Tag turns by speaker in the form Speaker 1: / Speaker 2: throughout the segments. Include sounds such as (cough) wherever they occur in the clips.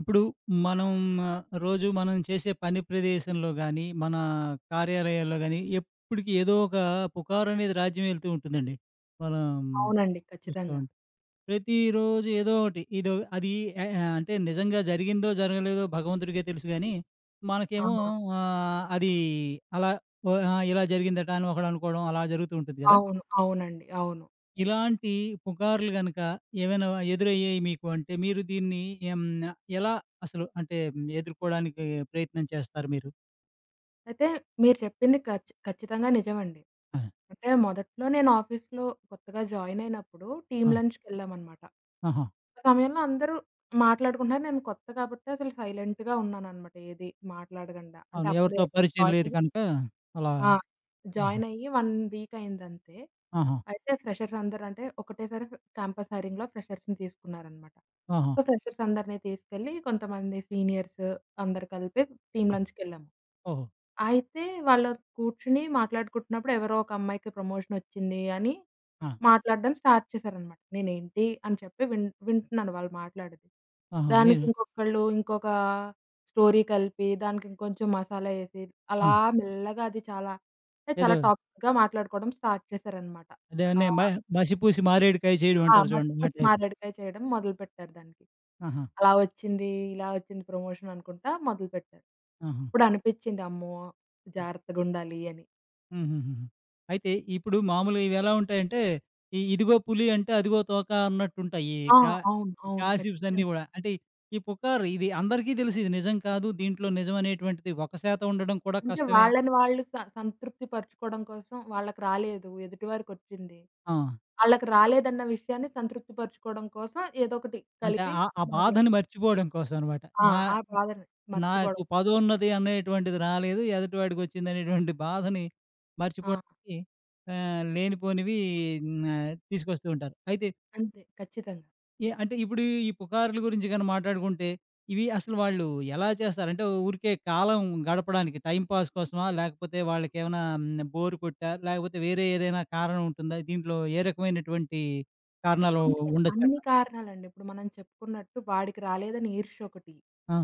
Speaker 1: ఇప్పుడు మనం రోజు మనం చేసే పని ప్రదేశంలో గాని, మన కార్యాలయాల్లో గాని, ఎప్పటికి ఏదో ఒక పుకారు అనేది రాజ్యం ఏలుతూ ఉంటుందండి. మనం
Speaker 2: అవునండి.
Speaker 1: చూస్తూ
Speaker 2: ఖచ్చితంగా.
Speaker 1: ఉంటాం. ప్రతిరోజు ఏదో ఒకటి ఇదో అది అంటే నిజంగా జరిగిందో, జరగలేదో భగవంతుడికే తెలుసు గానీ,
Speaker 2: ఆ!
Speaker 1: మనకేమో ఆహ్, అది అలా ఓ ఆహ్, ఇలా జరిగిందట అని ఒకడు అనుకోవడం అలా జరుగుతూ ఉంటుంది గదా!
Speaker 2: అవును. అవునండి. అవును.
Speaker 1: ఇలాంటి పుకార్లు గనక ఏవైనా ఎదురయ్యాయి మీకు అంటే, మీరు దీన్ని ఎం ఎలా అసలు అంటే ఎదుర్కోవడానికి ప్రయత్నం చేస్తారు మీరు?
Speaker 2: అయితే మీరు చెప్పింది ఖచ్చితంగా నిజమండి.
Speaker 1: ఆ!
Speaker 2: అంటే మొదట్లో నేను ఆఫీస్‌లో కొత్తగా జాయిన్ అయినప్పుడు టీమ్
Speaker 1: ఆ!
Speaker 2: లంచ్‌కెళ్ళామనమాట.
Speaker 1: ఆహా!
Speaker 2: ఆ సమయంలో అందరూ మాట్లాడుకుంటున్నారు. నేను కొత్త కాబట్టి అసలు సైలెంట్‌గా ఉన్నాననమాట. ఏది మాట్లాడకుండా. అంటే
Speaker 1: అవును.
Speaker 2: అప్పుడే
Speaker 1: ఎవరితో పరిచయం
Speaker 2: జాయిన్
Speaker 1: లేదు
Speaker 2: అయ్యి
Speaker 1: కనుక అలా
Speaker 2: ఆ!
Speaker 1: ఆహా!
Speaker 2: జాయినయ్యి 1 వీక్ అయిందంతే.
Speaker 1: ఆహా!
Speaker 2: అయితే ఫ్రెషర్స్ అందరూ అంటే ఒకటేసారి క్యాంపస్ హైరింగ్‌లో ఫ్రెషర్స్‌ని తీసుకున్నారనమాట.
Speaker 1: ఆహా!
Speaker 2: సో, ఫ్రెషర్స్ అందరిని తీసుకెళ్ళి కొంతమంది సీనియర్స్ అందరూ కలిపి టీమ్
Speaker 1: ఆ!
Speaker 2: లంచ్‌కెళ్ళాము.
Speaker 1: ఓహో!
Speaker 2: అయితే వాళ్ళు కూర్చొని మాట్లాడుకుంటున్నప్పుడు ఎవరో ఒక అమ్మాయికి ప్రమోషనొచ్చింది అని
Speaker 1: ఆ!
Speaker 2: మాట్లాడడం స్టార్ట్ చేశారనమాట. నేనేంటి అని చెప్పి వింటున్నాను వాళ్ళు మాట్లాడేది.
Speaker 1: ఆహా!
Speaker 2: దానికి
Speaker 1: మీరు
Speaker 2: ఇంకొకళ్ళు ఇంకొక స్టోరీ కలిపి దానికి ఇంకొంచెం మసాలా ఏసి
Speaker 1: ఆ!
Speaker 2: అలా మెల్లగా అది చాలా అంటే చాలా
Speaker 1: ఏదో
Speaker 2: టాక్సిక్‌గా మాట్లాడుకోవడం స్టార్ట్ చేశారనమాట.
Speaker 1: అదేమన్నా
Speaker 2: ఆహ్,
Speaker 1: మసిపూసి మారేడుకాయ చేయడం
Speaker 2: ఆ!
Speaker 1: అంటారు చూడండి. ఆ
Speaker 2: మసిపూసి
Speaker 1: టైప్.
Speaker 2: మారేడుకాయ చేయడం మొదలుపెట్టారు దానికి.
Speaker 1: ఆహా!
Speaker 2: అలా వచ్చింది, ఇలా వచ్చింది ప్రమోషన్ అనుకుంటా మొదలుపెట్టారు.
Speaker 1: ఆహా!
Speaker 2: అప్పుడనిపిచ్చింది అమ్మో! జాగ్రత్తగుండాలి అని.
Speaker 1: హుహుహుహు. అయితే ఇప్పుడు మామూలుగా ఇవెలా ఉంటాయంటే, ఈ ఇదిగో పులి అంటే అదిగో తోక అన్నట్టుంటాయి. ఈ
Speaker 2: ఆ! అవును. అవును.
Speaker 1: గాసిప్స్ అన్నీ
Speaker 2: ఖచ్చితంగా.
Speaker 1: గూడా. అంటే ఈ పుకారు ఇది అందరికీ తెలుసు, ఇది నిజం కాదు. దీంట్లో నిజం అనేటువంటిది 1% ఉండడం కూడా
Speaker 2: అంటే
Speaker 1: కష్టమే.
Speaker 2: వాళ్ళని వాళ్ళు సంతృప్తి పరుచుకోవడం కోసం వాళ్ళకి రాలేదు. ఎదుటి వారికొచ్చింది.
Speaker 1: ఆ!
Speaker 2: ఆళ్ళకి రాలేదన్న విషయాన్ని సంతృప్తి పరుచుకోవడం కోసం ఏదో ఒకటి
Speaker 1: అంటే
Speaker 2: కలిపి
Speaker 1: ఆ ఆ
Speaker 2: మాట్లాడారు.
Speaker 1: బాధని మర్చిపోవడం కోసం అనమాట.
Speaker 2: ఆ!
Speaker 1: నా
Speaker 2: ఆ బాధని
Speaker 1: నాకు
Speaker 2: మర్చిపోవడం.
Speaker 1: పదున్నది అనేటువంటిది రాలేదు. ఎదుటివాడికొచ్చిందనేటువంటి బాధని
Speaker 2: ఆ!
Speaker 1: మర్చిపోవడానికి లేనిపోనివి తీసుకొస్తూ ఉంటారు. అయితే
Speaker 2: అంతే ఖచ్చితంగా.
Speaker 1: అంటే ఇప్పుడు ఈ పుకార్ల గురించి గాని మాట్లాడుకుంటే, ఇవి అసలు వాళ్ళు ఎలా చేస్తారంటే, ఊరికే కాలం గడపడానికి టైమ్ పాస్ కోసమా? లేకపోతే వాళ్ళకేమైనా బోర్ కొట్టా? లేకపోతే వేరే ఏదైనా కారణం ఉంటుందా? దీంట్లో ఏ రకమైనటువంటి కారణాలు
Speaker 2: అంటే
Speaker 1: ఉండొచ్చంట?
Speaker 2: అన్ని కారణాలండి. ఇప్పుడు మనం చెప్పుకున్నట్టు వాడికి రాలేదని ఈర్ష్య ఒకటి.
Speaker 1: ఆ!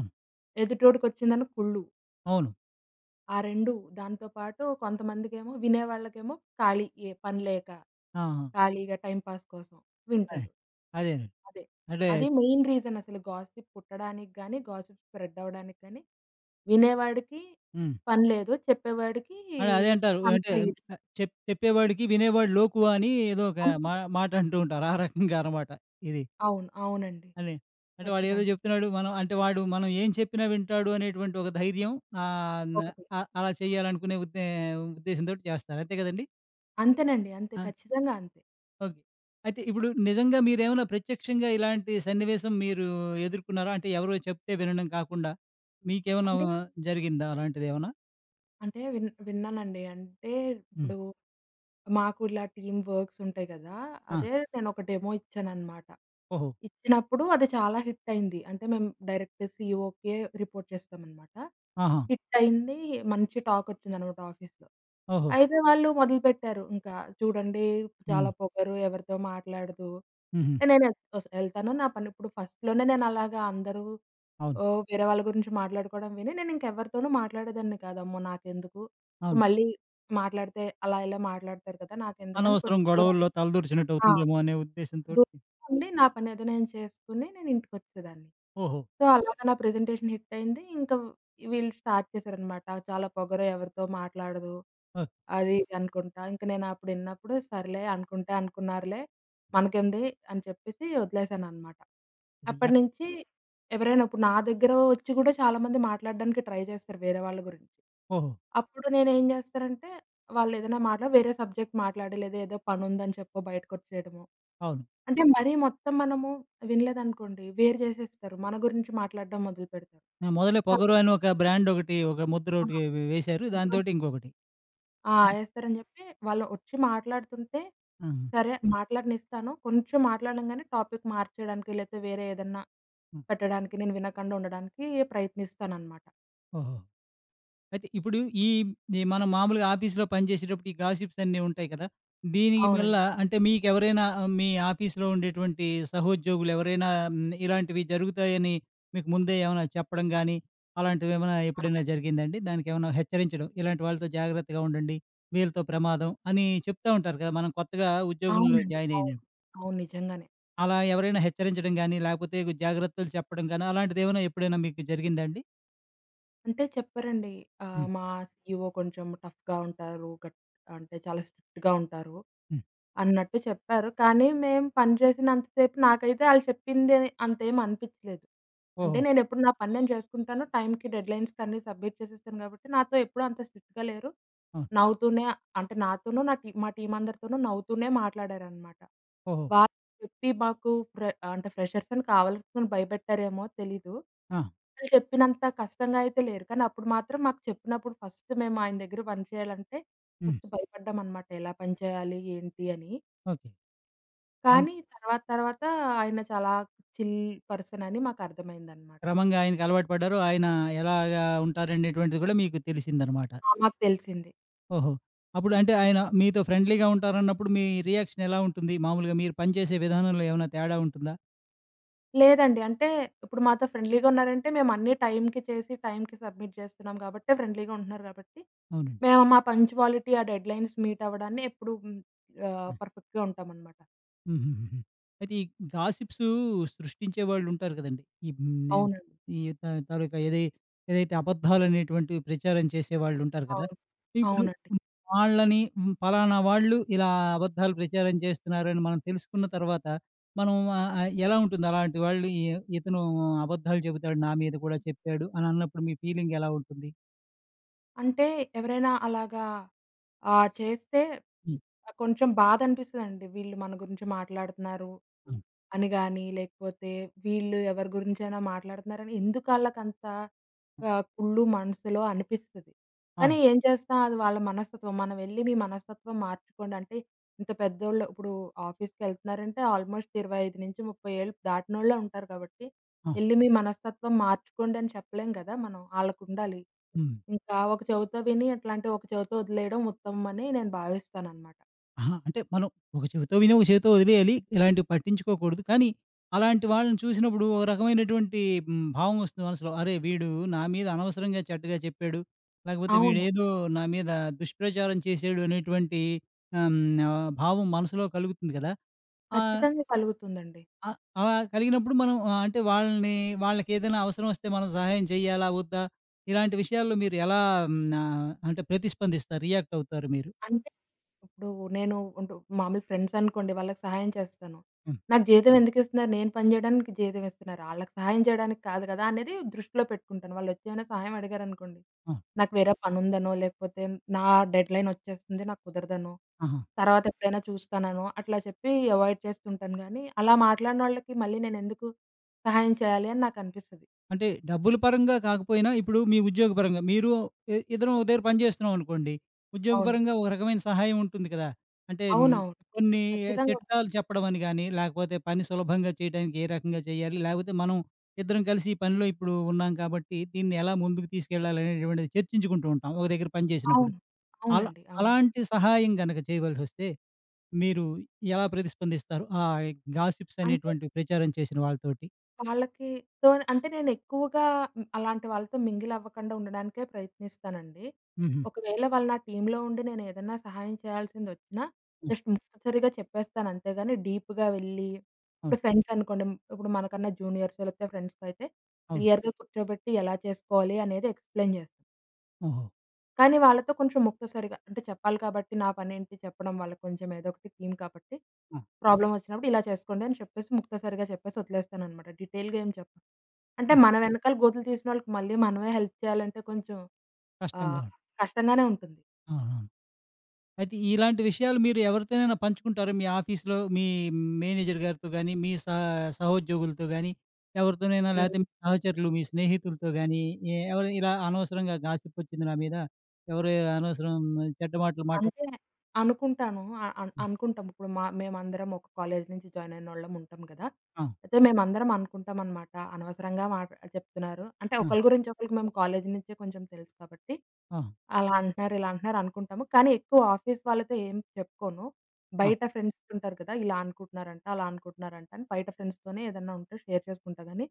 Speaker 2: ఎదుటోడికొచ్చిందని కుళ్ళు.
Speaker 1: అవును.
Speaker 2: ఆ 2 దాంతో పాటు కొంతమందికేమో వినేవాళ్ళకేమో ఖాళీ ఏ పని లేక,
Speaker 1: ఆహా!
Speaker 2: ఖాళీగా టైమ్ పాస్ కోసం
Speaker 1: అదే.
Speaker 2: వింటారు.
Speaker 1: అదేనండి.
Speaker 2: అదే.
Speaker 1: అంటే
Speaker 2: అది మెయిన్ రీజన్ అసలు గాసిప్ పుట్టడానికి గాని, గాసిప్ స్ప్రెడ్ అవ్వడానికి గాని, వినేవాడికి
Speaker 1: హ్మ్.
Speaker 2: పని లేదు. చెప్పేవాడికి
Speaker 1: అదే, అదే అంటారు. అంటే
Speaker 2: మనసులో ఈర్ష్య.
Speaker 1: ఆహ్, చెప్ చెప్పేవాడికి వినేవాడు లోకువ అని ఏదో ఒక
Speaker 2: అంతే.
Speaker 1: మా మాట అంటూ ఉంటారు. ఆ రకంగా అన్నమాట ఇది.
Speaker 2: అవును. అవునండి.
Speaker 1: అదే. అంటే వాడేదో
Speaker 2: ఖచ్చితంగా.
Speaker 1: జెప్తున్నాడు. మనం అంటే వాడు మనం ఏం చెప్పినా వింటాడు అనేటువంటి ఒక ధైర్యం ఆహ్, న
Speaker 2: ఒకటి.
Speaker 1: అలా చేయాలనుకునే ఉద్దేశ్యంతోటి చేస్తారు. అంతే గదండీ!
Speaker 2: అంతేనండి. అంతే.
Speaker 1: ఆ!
Speaker 2: ఖచ్చితంగా అంతే.
Speaker 1: ఓకే. అయితే ఇప్పుడు నిజంగా మీరేమైనా ప్రత్యక్షంగా ఇలాంటి సన్నివేశం మీరు ఎదుర్కున్నారా? అంటే ఎవరో చెప్తే వినడం కాకుండా మీకేమన్నా
Speaker 2: అంటే,
Speaker 1: జరిగిందా అలాంటిదేమన్నా?
Speaker 2: అంటే విన్నానండి. అంటే
Speaker 1: హ్మ్.
Speaker 2: ఇప్పుడు మాకు ఇలా టీమ్ వర్క్స్ ఉంటాయి కదా!
Speaker 1: ఆ!
Speaker 2: అదే నేనొక డెమో ఇచ్చాననమాట.
Speaker 1: ఓహో!
Speaker 2: ఇచ్చినప్పుడు అది చాలా హిట్ అయింది. అంటే మేము డైరెక్ట్ సీఈఓకే రిపోర్ట్ చేస్తామనమాట.
Speaker 1: ఆహా!
Speaker 2: హిట్ అయింది. మంచి టాకొచ్చిందనమాట ఆఫీస్‌లో.
Speaker 1: ఓహో!
Speaker 2: అయితే వాళ్ళు మొదలుపెట్టారు ఇంకా చూడండి చాలా
Speaker 1: హ్మ్.
Speaker 2: పొగరు, ఎవరితో మాట్లాడదు.
Speaker 1: హుహు.
Speaker 2: నేనె ఒస్ ఎళ్తాను. నా పని ఇప్పుడు ఫస్ట్‌లోనే నేనలాగా అందరూ
Speaker 1: అవును.
Speaker 2: ఓహ్! వేరే వాళ్ళ గురించి మాట్లాడుకోవడం విని నేనింకెవరితోనూ మాట్లాడేదాన్ని కాదు. అమ్మో! నాకెందుకు? ఇప్పుడు
Speaker 1: అవును.
Speaker 2: మళ్ళీ మాట్లాడితే అలా ఇలా మాట్లాడతారు కదా! నాకెందుకని
Speaker 1: అనవసరం
Speaker 2: కొంచెం దూరం
Speaker 1: గొడవల్లో తలదూర్చినట్టు
Speaker 2: ఆ!
Speaker 1: అవుతుందేమో అనే ఉద్దేశ్యంతోటి.
Speaker 2: దూరంగా ఉండి నా పనేదో నేను చేసుకొని నేను ఇంటికొచ్చేసేదాన్ని.
Speaker 1: ఓహో!
Speaker 2: సో, అలాగా నా ప్రెజెంటేషన్ హిట్ అయింది. ఇంకా వీళ్ళు స్టార్ట్ చేశారనమాట. చాలా పొగరు, ఎవరితో మాట్లాడదు,
Speaker 1: ఓహ్!
Speaker 2: అది ఇది అనుకుంటా. ఇంకా నేను అప్పుడు ఇన్నప్పుడు సర్లే అనుకుంటే అనుకున్నారులే, మనకేంది అని చెప్పేసి వదిలేసాననమాట.
Speaker 1: ఇది ఎక్
Speaker 2: అప్పటినుంచి ఎవరైనా ఇప్పుడు నా దగ్గర వచ్చి గూడా చాలామంది మాట్లాడడానికి ట్రై చేస్తారు వేరే వాళ్ళ గురించి.
Speaker 1: ఓహో!
Speaker 2: అప్పుడు నేనేం జేస్తానంటే వాళ్ళేదైనా మాట్లా వేరే సబ్జెక్ట్ మాట్లాడి, లేదా ఏదో పనుందని చెప్పో బయటకొచ్చేయడమో.
Speaker 1: అవును.
Speaker 2: అంటే మరీ మొత్తం మనము వినలేదనుకోండి, వేరు చేసేస్తారు. మన గురించి మాట్లాడడం మొదలుపెడతారు.
Speaker 1: ఆ! మొదలు 'పొగరు'
Speaker 2: కాబట్టి
Speaker 1: అని ఒక బ్రాండ్ ఒకటి, ఒక ముద్ర
Speaker 2: ఆ!
Speaker 1: ఒకటి వేశారు.
Speaker 2: ముద్ర
Speaker 1: దానితోటి ఇంకొకటి.
Speaker 2: ఆ!
Speaker 1: అన్
Speaker 2: ఏస్తారని చెప్పి వాళ్ళు వచ్చి మాట్లాడుతుంటే,
Speaker 1: ఆహా!
Speaker 2: సరే మాట్లాడనిస్తాను. కొంచెం మాట్లాడంగానే టాపిక్ మార్చేయడానికి, లేతే వేరే ఏదన్నా
Speaker 1: హ్మ్.
Speaker 2: పెట్టడానికి, నేను వినకుండా ఉండడానికి ప్రయత్నిస్తాననమాట.
Speaker 1: ఓహో! అయితే ఇప్పుడు ఈ ఈ మనం మామూలుగా ఆఫీస్‌లో పనిచేసేటప్పుడు ఈ గాసిప్స్ అన్నీ ఉంటాయి కదా! దీని వల్ల
Speaker 2: అవునండి.
Speaker 1: అంటే మీకెవరైనా, మీ ఆఫీస్‌లో ఉండేటువంటి సహోద్యోగులు ఎవరైనా ఇలాంటివి జరుగుతాయని మీకు ముందే ఏమైనా చెప్పడం గానీ, అలాంటివేమైనా
Speaker 2: ఆ!
Speaker 1: ఎప్పుడైనా జరిగిందాండి? దానికేమైనా హెచ్చరించడం, ఇలాంటి వాళ్ళతో జాగ్రత్తగా ఉండండి, వీళ్ళతో ప్రమాదం అని చెప్తా ఉంటారు కదా! మనం కొత్తగా ఉద్యోగంలో
Speaker 2: అవునండి.
Speaker 1: జాయిన్ అయిన
Speaker 2: అవును. అవును. నిజంగానే.
Speaker 1: అలా ఎవరైనా హెచ్చరించడం గాని, లేకపోతే జాగ్రత్తలు చెప్పడం గాని, అలాంటిదేమైనా ఎప్పుడైనా మీకు జరిగిందా అండి?
Speaker 2: అంటే చెప్పారండి.
Speaker 1: హ్మ్.
Speaker 2: మా సీఈఓ కొంచెం టఫ్‌గా ఉంటారు. అంటే చాలా స్ట్రిక్ట్‌గా ఉంటారు
Speaker 1: హ్మ్.
Speaker 2: అన్నట్టు చెప్పారు. కానీ మేము పని చేసినంత సేపు నాకైతే ఆళ్ళు చెప్పింది అంతేం అనిపిచ్చలేదు. అంటే
Speaker 1: ఓహో!
Speaker 2: నేనెప్పుడు నా పని నేను చేసుకుంటాను. టైమ్‌కి డెడ్‌లైన్స్‌కి అన్నీ సబ్మిట్ చేసేస్తాను కాబట్టి నాతో ఎప్పుడూ అంత స్ట్రిక్ట్‌గా లేరు.
Speaker 1: అవును.
Speaker 2: నవ్వుతూనే అంటే నాతోనూ నా టీ మా టీమ్ అందరితోనూ నవ్వుతూనే మాట్లాడారనమాట.
Speaker 1: ఓహో!
Speaker 2: వాళ్ళు చెప్పి మాకు అంటే ఫ్రెషర్స్ అని కావాలనుకుని భయపెట్టారేమో తెలీదు.
Speaker 1: ఆ!
Speaker 2: వాళ్ళు చెప్పినంత కష్టంగా అయితే లేరు. కానీ అప్పుడు మాత్రం మాకు చెప్పినప్పుడు ఫస్ట్ మేము ఆయన దగ్గర పని చేయాలంటే
Speaker 1: హ్మ్.
Speaker 2: ఫస్ట్ భయపడ్డామనమాట. ఎలా పని చేయాలి? ఏంటి? అని.
Speaker 1: ఓకే. అంత
Speaker 2: కానీ తర్వాత తర్వాత ఆయన చాలా చిల్ పర్సన్ అని మాకు అర్థమైందనమాట.
Speaker 1: క్రమంగా ఆయనకలవాటు పడ్డారు. ఆయన ఎలాగా ఉంటారనేటువంటిది కూడా మీకు తెలిసిందనమాట.
Speaker 2: ఆ! మాకు తెలిసింది.
Speaker 1: ఓహో! అప్పుడు అంటే ఆయన మీతో ఫ్రెండ్లీగా ఉంటారన్నప్పుడు మీ రియాక్షన్ ఎలా ఉంటుంది? మామూలుగా మీరు పనిచేసే విధానంలో ఏమైనా తేడా ఉంటుందా?
Speaker 2: లేదండి. అంటే ఇప్పుడు మాతో ఫ్రెండ్లీగా ఉన్నారంటే మేము అన్నీ టైమ్‌కి చేసి, టైమ్‌కి సబ్మిట్ చేస్తున్నాం కాబట్టే ఫ్రెండ్లీగా ఉంటున్నారు కాబట్టి
Speaker 1: అవునండి.
Speaker 2: మేము మా పంక్చువాలిటీ, ఆ డెడ్‌లైన్స్ మీట్ అవ్వడాన్ని ఎప్పుడు పర్ఫెక్ట్‌గా ఉంటామనమాట.
Speaker 1: హుహుహుహు. అయితే ఈ గాసిప్స్ సృష్టించే వాళ్ళుంటారు కదండీ! ఈ హ్మ్.
Speaker 2: అవునండి.
Speaker 1: ఈ తాలూకా ఏదైతే అబద్ధాలనేటువంటివి ప్రచారం చేసేవాళ్ళుంటారు కదా!
Speaker 2: అవును.
Speaker 1: ఇప్పుడు
Speaker 2: అవునండి.
Speaker 1: వాళ్ళని పలానా వాళ్ళు ఇలా అబద్ధాలు ప్రచారం చేస్తున్నారని మనం తెలుసుకున్న తర్వాత మనం ఆహ్, ఆహ్, ఎలా ఉంటుంది? అలాంటి వాళ్ళు ఇతను అబద్ధాలు చెబుతాడు, నా మీద కూడా చెప్పాడు అని అన్నప్పుడు మీ ఫీలింగ్ ఎలా ఉంటుంది?
Speaker 2: అంటే ఎవరైనా అలాగా చేస్తే
Speaker 1: హ్మ్.
Speaker 2: కొంచెం బాధనిపిస్తదండి. వీళ్ళు మన గురించి మాట్లాడుతున్నారు
Speaker 1: హ్మ్.
Speaker 2: అని గాని, లేకపోతే వీళ్ళు ఎవరి గురించైనా మాట్లాడుతున్నారని ఎందుకాళ్ళకంత
Speaker 1: ఆ!
Speaker 2: కుళ్ళు మనసులో అనిపిస్తది.
Speaker 1: ఆ!
Speaker 2: కానీ ఏం చేస్తాం అది వాళ్ళ మనస్తత్వం. మనం వెళ్లి మీ మనస్తత్వం మార్చుకోండి అంటే ఇంత పెద్దోళ్ళు ఇప్పుడు ఆఫీస్‌కెళ్తున్నారంటే ఆల్మోస్ట్ 25-30 ఏళ్ళు దాటినోళ్ళే ఉంటారు కాబట్టి,
Speaker 1: ఆ!
Speaker 2: "ఎళ్లి మీ మనస్తత్వం మార్చుకోండి" అని చెప్పలేం కదా! మనం. ఆళ్ళకుండాలి.
Speaker 1: హ్మ్.
Speaker 2: ఇంకా ఒక చెవితో విని అట్లాంటి ఒక చెవితో వదిలేయడం ఉత్తమమని నేను భావిస్తాననమాట.
Speaker 1: అహా! అంటే మనం ఒక చెవితో విని, ఒక చెవితో వదిలేయాలి. ఇలాంటివి పట్టించుకోకూడదు. కానీ అలాంటి వాళ్ళని చూసినప్పుడు ఒక రకమైనటువంటి భావం వస్తుంది మనసులో. అరే! వీడు నా మీద అనవసరంగా చెడ్డగా చెప్పాడు. లేకపోతే
Speaker 2: అవును.
Speaker 1: వీడేదో నా మీద దుష్ప్రచారం చేసాడు అనేటువంటి ఆహ్, హ్మ్, భావం మనసులో కలుగుతుంది కదా! ఆహ్,
Speaker 2: ఖచ్చితంగా కలుగుతుందండి.
Speaker 1: ఆహ్, అలా కలిగినప్పుడు మనం అంటే వాళ్ళని, వాళ్ళకేదైనా అవసరం వస్తే మనం సహాయం చేయాలా? వద్దా? ఇలాంటి విషయాల్లో మీరు ఎలా అంటే ప్రతిస్పందిస్తారు? రియాక్ట్ అవుతారు మీరు?
Speaker 2: అంటే ఇప్పుడు నేను ఉంటు మామూలు ఫ్రెండ్స్ అనుకోండి వాళ్ళకి సహాయం చేస్తాను.
Speaker 1: హ్మ్.
Speaker 2: నాకు జీతం ఎందుకిస్తున్నారు? నేను పని చేయడానికి జీతం ఇస్తున్నారు. ఆళ్ళకి సహాయం చేయడానికి కాదు కదా! అనేది దృష్టిలో పెట్టుకుంటాను. వాళ్ళొచ్చి ఏమైనా సహాయం అడిగారనుకోండి,
Speaker 1: ఆ!
Speaker 2: నాకు వేరే పనుందనో, లేకపోతే నా డెడ్‌లైన్ వచ్చేస్తుంది నాకు కుదరదనో,
Speaker 1: ఆహా!
Speaker 2: తర్వాత ఎప్పుడైనా చూస్తాననో, అట్లా చెప్పి అవాయిడ్ చేస్తుంటాను గానీ, అలా మాట్లాడినోళ్ళకి మళ్ళీ నేనెందుకు సహాయం చేయాలి అని నాకనిపిస్తది.
Speaker 1: అంటే డబ్బుల పరంగా కాకపోయినా, ఇప్పుడు మీ ఉద్యోగ పరంగా మీరు ఇద్దరం ఒక దగ్గర పని చేస్తున్నాం అనుకోండి.
Speaker 2: అవును.
Speaker 1: ఉద్యోగపరంగా ఒక రకమైన సహాయం ఉంటుంది కదా! అంటే
Speaker 2: అవునవును.
Speaker 1: కొన్ని
Speaker 2: ఖచ్చితంగా
Speaker 1: చిట్కాలు
Speaker 2: ఉంటుంది.
Speaker 1: చెప్పడం అని గాని, లేకపోతే పని సులభంగా చేయడానికి ఏ రకంగా చేయాలి? లేకపోతే మనం ఇద్దరం కలిసి ఈ పనిలో ఇప్పుడు ఉన్నాం కాబట్టి, దీన్ని ఎలా ముందుకు తీసుకెళ్ళాలి అనేటువంటిది చర్చించుకుంటూ ఉంటాం. ఒక దగ్గర పని చేసినప్పుడు.
Speaker 2: అవును.
Speaker 1: అలా
Speaker 2: అవునండి. అవును.
Speaker 1: అలాంటి సహాయం గనక చేయవలసొస్తే, మీరు ఎలా ప్రతిస్పందిస్తారు? ఆ గాసిప్స్
Speaker 2: అంటే
Speaker 1: అనేటువంటి ప్రచారం చేసిన వాళ్ళతోటి?
Speaker 2: వాళ్ళకి అంటే నేనెక్కువగా అలాంటి వాళ్ళతో మింగిల్ అవ్వకుండా ఉండడానికే ప్రయత్నిస్తానండి.
Speaker 1: హుహు.
Speaker 2: ఒకవేళ వాళ్ళు నా టీమ్‌లో ఉండి నేనేదన్నా సహాయం చేయాల్సిందొచ్చినా,
Speaker 1: హ్మ్.
Speaker 2: జస్ట్ ముక్తసరిగా చెప్పేస్తాను అంతేగాని డీప్‌గా వెళ్ళి ఇప్పుడు
Speaker 1: అవును.
Speaker 2: ఫ్రెండ్స్ అనుకోండి, ఇప్పుడు మనకన్నా జూనియర్సో లేకపోతే ఫ్రెండ్సో అయితే
Speaker 1: అవును.
Speaker 2: క్లియర్‌గా కూర్చోబెట్టి ఎలా చేసుకోవాలి అనేది ఎక్స్‌ప్లెయిన్ చేస్తాను.
Speaker 1: ఓహో!
Speaker 2: కానీ వాళ్ళతో కొంచెం ముక్తసరిగా అంటే చెప్పాలి కాబట్టి నా పనేంటి చెప్పడం వాళ్ళకి కొంచెం ఏదో ఒకటి థీమ్ కాబట్టి
Speaker 1: ఆ!
Speaker 2: ప్రాబ్లమ్ వచ్చినప్పుడు ఇలా చేసుకోండి అని చెప్పేసి ముక్తసరిగా చెప్పేసి వదిలేస్తాననమాట. డీటెయిల్‌గా ఏం చెప్పను. అంటే
Speaker 1: ఓహ్!
Speaker 2: మన వెనకాల గోతులు తీసిన వాళ్ళకి మళ్ళీ మనమే హెల్ప్ చేయాలంటే కొంచెం
Speaker 1: కష్టంగా
Speaker 2: ఆహ్,
Speaker 1: ఉంటుంది.
Speaker 2: కష్టంగానే ఉంటుంది.
Speaker 1: అవునవును. అయితే ఇలాంటి విషయాలు మీరు ఎవరితోనైనా పంచుకుంటారా? మీ ఆఫీస్‌లో మీ మేనేజర్ గారితో గాని, మీ సహోద్యోగులతో గాని, ఎవరితోనైనా లేతే మీ సహచరులు, మీ స్నేహితులతో గాని, ఎవరు ఇలా అనవసరంగా గాసిప్ వచ్చింది నా మీద, ఎవరు అనవసరం చెడ్డ మాటలు మాట
Speaker 2: అంటే అనుకుంటాను. అ అన్
Speaker 1: హ్మ్.
Speaker 2: అనుకుంటాం. ఇప్పుడు మేమందరం ఒక కాలేజీ నుంచి జాయిన్ అయినోళ్ళం ఉంటాం కదా!
Speaker 1: ఆ!
Speaker 2: అయితే మేమందరం అనుకుంటాం అనమాట. అనవసరంగా మాట చెప్తున్నారు. అంటే
Speaker 1: ఆ!
Speaker 2: ఒకళ్ళ గురించి ఒకళ్ళకి మేము కాలేజీ నుంచే కొంచెం తెలుసు కాబట్టి,
Speaker 1: ఆ!
Speaker 2: అలా అంటున్నారు, ఇలా అంటున్నారు అనుకుంటాము. కానీ ఎక్కువ ఆఫీస్ వాళ్ళతో ఏం చెప్పుకోను.
Speaker 1: ఆ!
Speaker 2: బయట ఫ్రెండ్స్ ఉంటారు కదా! ఇలా అనుకుంటున్నారంట, అలా అనుకుంటున్నారంట అని బయట ఫ్రెండ్స్‌తోనే ఏదన్నా ఉంటే షేర్ చేసుకుంటా గానీ,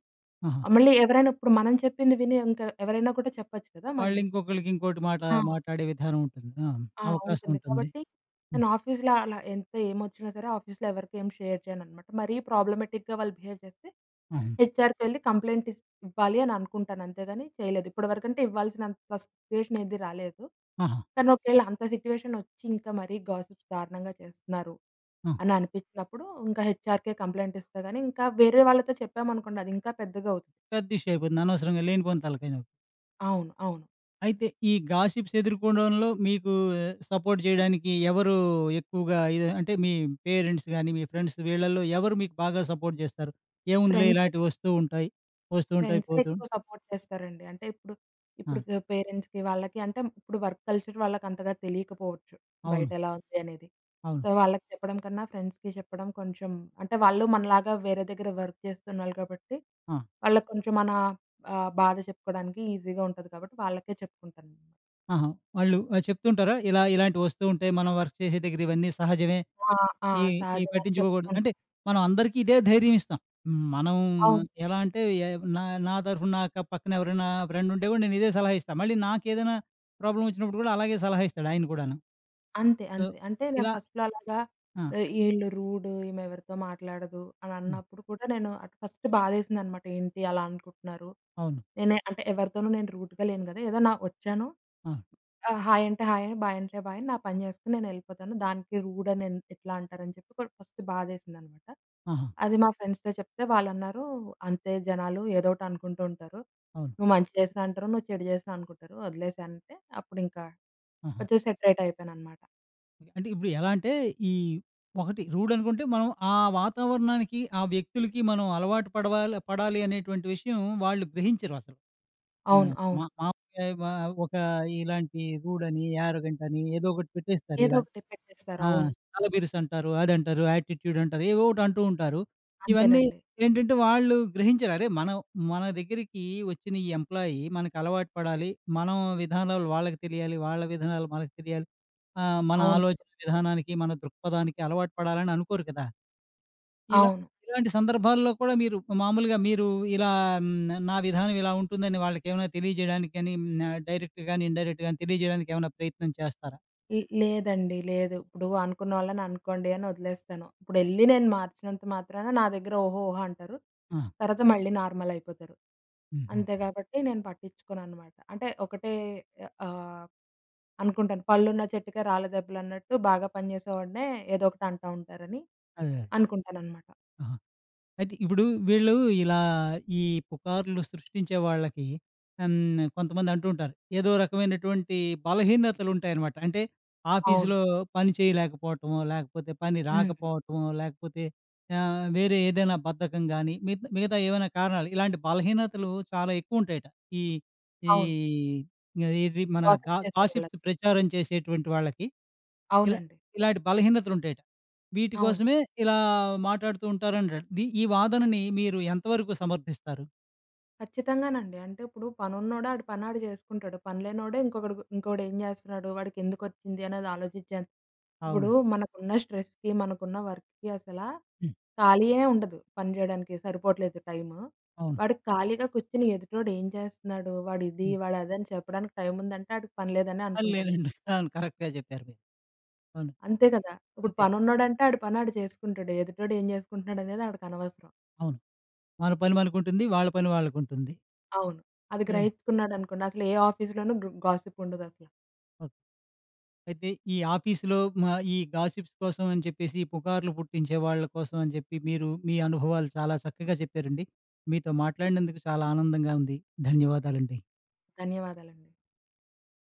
Speaker 1: ఆహా!
Speaker 2: మళ్ళీ ఎవరైనా ఇప్పుడు మనం చెప్పింది విని ఇంకా ఎవరైనా కూడా చెప్పొచ్చు కదా!
Speaker 1: వాళ్ళు
Speaker 2: మళ్ళీ.
Speaker 1: ఇంకొకళ్ళకి ఇంకోటి
Speaker 2: ఆ!
Speaker 1: మాట్లాడే విధానం ఉంటుంది. ఆ!
Speaker 2: ఆ!
Speaker 1: అవకాశం
Speaker 2: ఉంటుంది.
Speaker 1: ఉంటుంది.
Speaker 2: కాబట్టి నేను
Speaker 1: హ్మ్.
Speaker 2: ఆఫీస్‌లో అలా ఎంత ఏమొచ్చినా సరే ఆఫీస్‌లో ఎవరికీ ఏం షేర్ చేయననమాట. మరీ ప్రాబ్లమాటిక్‌గా వాళ్ళు బిహేవ్ చేస్తే
Speaker 1: ఆహా!
Speaker 2: హెచ్‌ఆర్‌కెళ్ళి కంప్లెయింట్ ఇవ్వాలి అని అనుకుంటాను అంతేగాని చేయలేదు. ఇప్పటివరకంటే ఇవ్వాల్సినంత సిట్యుయేషన్ ఏది రాలేదు.
Speaker 1: ఆహా!
Speaker 2: కానీ ఒకవేళ అంత సిట్యుయేషన్ ఒచ్చి ఇంకా మరీ గాసిప్స్ దారుణంగా చేస్తున్నారు
Speaker 1: ఆ!
Speaker 2: అని అనిపించినప్పుడు ఇంకా హెచ్‌ఆర్‌కే కంప్లెయింట్ ఇస్తా గానీ ఇంకా వేరే వాళ్ళతో చెప్పామనుకోండి అది ఇంకా పెద్దగా అవుతుంది.
Speaker 1: పెద్ద ఇష్యూ అయిపోతుంది. అనవసరంగా లేనిపోని తలకాయ నొప్పి.
Speaker 2: అవును. అవును.
Speaker 1: అయితే ఈ గాసిప్స్ ఎదుర్కోవడంలో మీకు సపోర్ట్ చేయడానికి ఎవరు ఎక్కువగా ఇది? అంటే మీ పేరెంట్స్ గాని, మీ ఫ్రెండ్స్ వీళ్ళలో ఎవరు మీకు బాగా సపోర్ట్ చేస్తారు? ఏముందిలే,
Speaker 2: ఫ్రెండ్స్
Speaker 1: ఇలాంటివి వస్తూ ఉంటాయి. వస్తూ ఉంటాయి,
Speaker 2: ఫ్రెండ్సే
Speaker 1: పోతూ ఉం-
Speaker 2: ఎక్కువ సపోర్ట్ చేస్తారండి. అంటే ఇప్పుడు, ఇప్పుడు
Speaker 1: ఆ!
Speaker 2: పేరెంట్స్‌కి వాళ్ళకి అంటే ఇప్పుడు వర్క్ కల్చర్ వాళ్ళకంతగా తెలియకపోవచ్చు. బయట
Speaker 1: అవును.
Speaker 2: ఎలా ఉంది అనేది.
Speaker 1: అవును.
Speaker 2: సో, వాళ్ళకి చెప్పడం కన్నా ఫ్రెండ్స్‌కి చెప్పడం కొంచెం అంటే వాళ్ళు మనలాగా వేరే దగ్గర వర్క్ చేస్తున్నారు కాబట్టి,
Speaker 1: ఆ!
Speaker 2: వాళ్ళకి కొంచెం మన బాధ చెప్పుకోవడానికి ఈజీగా ఉంటది కాబట్టి వాళ్ళకే చెప్పుకుంటాను.
Speaker 1: ఆహా! వాళ్ళు చెప్తుంటారా? ఇలా ఇలాంటివి వస్తూ ఉంటాయి. మనం వర్క్ చేసే దగ్గర ఇవన్నీ సహజమే.
Speaker 2: ఆ! ఆ!
Speaker 1: ఈ ఈ
Speaker 2: సహజం అని చెప్తూ
Speaker 1: పట్టించుకోకూడదు. అంటే
Speaker 2: ఉంటాం.
Speaker 1: మనం అందరికీ ఇదే ధైర్యం ఇస్తాం. మనం
Speaker 2: అవును.
Speaker 1: ఎలా అంటే ఎ నా నా తరఫున నా పక్కన ఎవరైనా ఫ్రెండ్ ఉంటే కూడా నేను ఇదే సలహా ఇస్తా. మళ్ళీ నాకేదైనా ప్రాబ్లమ్ వచ్చినప్పుడు కూడా అలాగే సలహా ఇస్తాడు ఆయన కూడాను.
Speaker 2: అంతే.
Speaker 1: సో,
Speaker 2: అంతే. అంటే నేను
Speaker 1: ఇలా
Speaker 2: ఫస్ట్‌లో అలాగా
Speaker 1: ఆ!
Speaker 2: ఈళ్ళు రూడు, ఈమె ఎవరితో మాట్లాడదు అని
Speaker 1: హ్మ్.
Speaker 2: అన్నప్పుడు కూడా నేను అటు ఫస్ట్ బాధేసిందనమాట. ఏంటి అలా అనుకుంటున్నారు?
Speaker 1: అవును.
Speaker 2: నేనే అంటే ఎవరితోనూ నేను రూడ్‌గా లేను గదా! ఏదో నా వచ్చాను.
Speaker 1: అవును.
Speaker 2: హాయ్ అంటే హాయ్, బాయ్ అంటే బాయ్. నా పని చేసుకొని నేనెళ్ళిపోతాను. దానికి రూడ్ అని ఎట్లా అంటారని చెప్పి ఫస్ట్ బాధేసిందనమాట.
Speaker 1: ఆహా!
Speaker 2: అది మా ఫ్రెండ్స్‌తో చెప్తే వాళ్ళన్నారు, "అంతే జనాలు ఏదో ఒకటి అనుకుంటూ ఉంటారు.
Speaker 1: అవును.
Speaker 2: నువ్వు మంచి చేసినా అంటారు. నువ్వు చెడు చేసినా అనుకుంటారు. వదిలేసేయి" అంటే అప్పుడింకా
Speaker 1: ఆహా!
Speaker 2: కొంచెం సెటరేట్ అయిపోయాననమాట.
Speaker 1: అంటే ఇప్పుడు ఎలా అంటే ఈ ఒకటి రూడ్ అనుకుంటే మనం ఆ వాతావరణానికి, ఆ వ్యక్తులకి మనం అలవాటు పడాలి అనేటువంటి విషయం వాళ్ళు గ్రహించరసలు. ఆ!
Speaker 2: అవును. అవును.
Speaker 1: మామూలుగా మా ఒక ఇలాంటి రూడని, యారోగంటని ఏదో ఒకటి పెట్టేస్తారు
Speaker 2: ఏదో
Speaker 1: ఇలా.
Speaker 2: ఒకటి పెట్టేస్తారు.
Speaker 1: ఆ!
Speaker 2: అవును.
Speaker 1: తలబిరుసు అంటారు, అదంటారు, యాటిట్యూడ్ అంటారు, ఏవో ఒకటి అంటూ ఉంటారు. ఇవన్నీ
Speaker 2: అంతేనండి.
Speaker 1: ఏంటంటే, వాళ్ళు గ్రహించరు. అరే! మనం మన దగ్గరికి వచ్చిన ఈ ఎంప్లాయీ మనకు అలవాటు పడాలి. మనం విధానాలు వాళ్ళకి తెలియాలి, వాళ్ళ విధానాలు మనకు తెలియాలి. మన
Speaker 2: అవునండి.
Speaker 1: ఆలోచన విధానానికి, మన దృక్పథానికి అలవాటు పడాలని అనుకోరు కదా! ఇలా
Speaker 2: అవును.
Speaker 1: ఇలాంటి సందర్భాల్లో కూడా మీరు మామూలుగా మీరు ఇలా నా విధానం ఇలా ఉంటుందని వాళ్ళకేమైనా తెలియజేయడానికి గాని, డైరెక్ట్ గాని, ఇన్‌డైరెక్ట్ గాని తెలియజేయడానికి ఏమైనా ప్రయత్నం చేస్తారా?
Speaker 2: లేదండి. లేదు. ఇప్పుడు అనుకున్న వాళ్ళని అనుకోండి అని వదిలేస్తాను. ఇప్పుడెళ్లి నేను మార్చినంత మాత్రాన నా దగ్గర ఓహో! ఓహో! అంటారు.
Speaker 1: ఆ!
Speaker 2: తర్వాత మళ్ళీ నార్మల్ అయిపోతారు.
Speaker 1: హుహు.
Speaker 2: అంతే కాబట్టి నేను పట్టించుకోననమాట. అంటే ఒకటే ఆహ్, అనుకుంటాను. "పళ్ళున్న చెట్టుకే రాళ్ళ దెబ్బలన్నట్టు" బాగా పనిచేసేవాడినే ఏదో ఒకటి అంటా ఉంటారని
Speaker 1: అదే.
Speaker 2: అనుకుంటాననమాట.
Speaker 1: అదే. అయితే ఇప్పుడు వీళ్ళు ఇలా ఈ పుకార్లు సృష్టించే వాళ్ళకి ఆమ్, కొంతమంది అంటూ ఉంటారు. ఏదో రకమైనటువంటి బలహీనతలుంటాయనమాట. అంటే
Speaker 2: అవును.
Speaker 1: ఆఫీసులో పని చేయలేకపోవటమో, లేకపోతే పని
Speaker 2: హ్మ్.
Speaker 1: రాకపోవటమో, లేకపోతే వేరే ఏదైనా బద్ధకం గానీ, మిగతా మిగతా ఏవైనా కారణాలు, ఇలాంటి బలహీనతలు చాలా ఎక్కువుంటాయట. ఈ ఈ
Speaker 2: అవును.
Speaker 1: ఏది మన
Speaker 2: గాసిప్ చేసే
Speaker 1: గాసిప్స్
Speaker 2: వెళ్ళొచ్చు.
Speaker 1: ప్రచారం చేసేటువంటి వాళ్ళకి. ఇలా
Speaker 2: అవునండి.
Speaker 1: ఇలాంటి బలహీనతలుంటాయట. వీటి
Speaker 2: అవును.
Speaker 1: కోసమే ఇలా మాట్లాడుతూ ఉంటారన్నాడు. ఈ వాదనని మీరు ఎంతవరకు సమర్థిస్తారు?
Speaker 2: ఖచ్చితంగానండి. అంటే ఇప్పుడు పనున్నోడు ఆడు పనాడు చేసుకుంటాడు. పని లేనోడు ఇంకొకడు ఇంకోడేం జేస్తున్నాడు, వాడికెందుకొచ్చింది అనేది ఆలోచించాను. ఇప్పుడు
Speaker 1: అవునండి.
Speaker 2: మనకున్న స్ట్రెస్‌కి, మనకున్న వర్క్‌కి అసల
Speaker 1: హ్మ్.
Speaker 2: ఖాళీయే ఉండదు. పని జేయడానికి సరిపోవట్లేదు టైము.
Speaker 1: అవును.
Speaker 2: వాడు ఖాళీగా కూర్చొని ఎదుటోడు ఏం చేస్తున్నాడు, వాడిది,
Speaker 1: హ్మ్.
Speaker 2: వాడదని చెప్పడానికి టైముందంటే ఆడికి పని లేదనే
Speaker 1: ఆ!
Speaker 2: అనుకుంటా
Speaker 1: లేదండి.
Speaker 2: నేను.
Speaker 1: (laughs) అవును. కరెక్ట్‌గా చెప్పారు మీరు. అవును.
Speaker 2: అంతే కదా! ఇప్పుడు
Speaker 1: అంతే.
Speaker 2: పనున్నోడంటే ఆడి పని ఆడు చేసుకుంటాడు. ఎదుటోడు ఏం జేసుకుంటున్నాడనేది ఆడికనవసరం.
Speaker 1: అవును. మన పని మనకుంటుంది. వాళ్ళ పని వాళ్ళకుంటుంది.
Speaker 2: అవును. అది
Speaker 1: అదే.
Speaker 2: గ్రహించుకున్నాడనుకోండి అసలు ఏ ఆఫీస్‌లోనూ గాసిప్ ఉండదసల.
Speaker 1: ఓకే. అయితే ఈ ఆఫీస్‌లో మా ఈ గాసిప్స్ కోసం అని చెప్పేసి, ఈ పుకార్లు పుట్టించే వాళ్ళ కోసం అని చెప్పి మీరు మీ అనుభవాలు చాలా చక్కగా చెప్పారండి. మీతో మాట్లాడినందుకు చాలా ఆనందంగా ఉంది. ధన్యవాదాలండి.
Speaker 2: ధన్యవాదాలండి.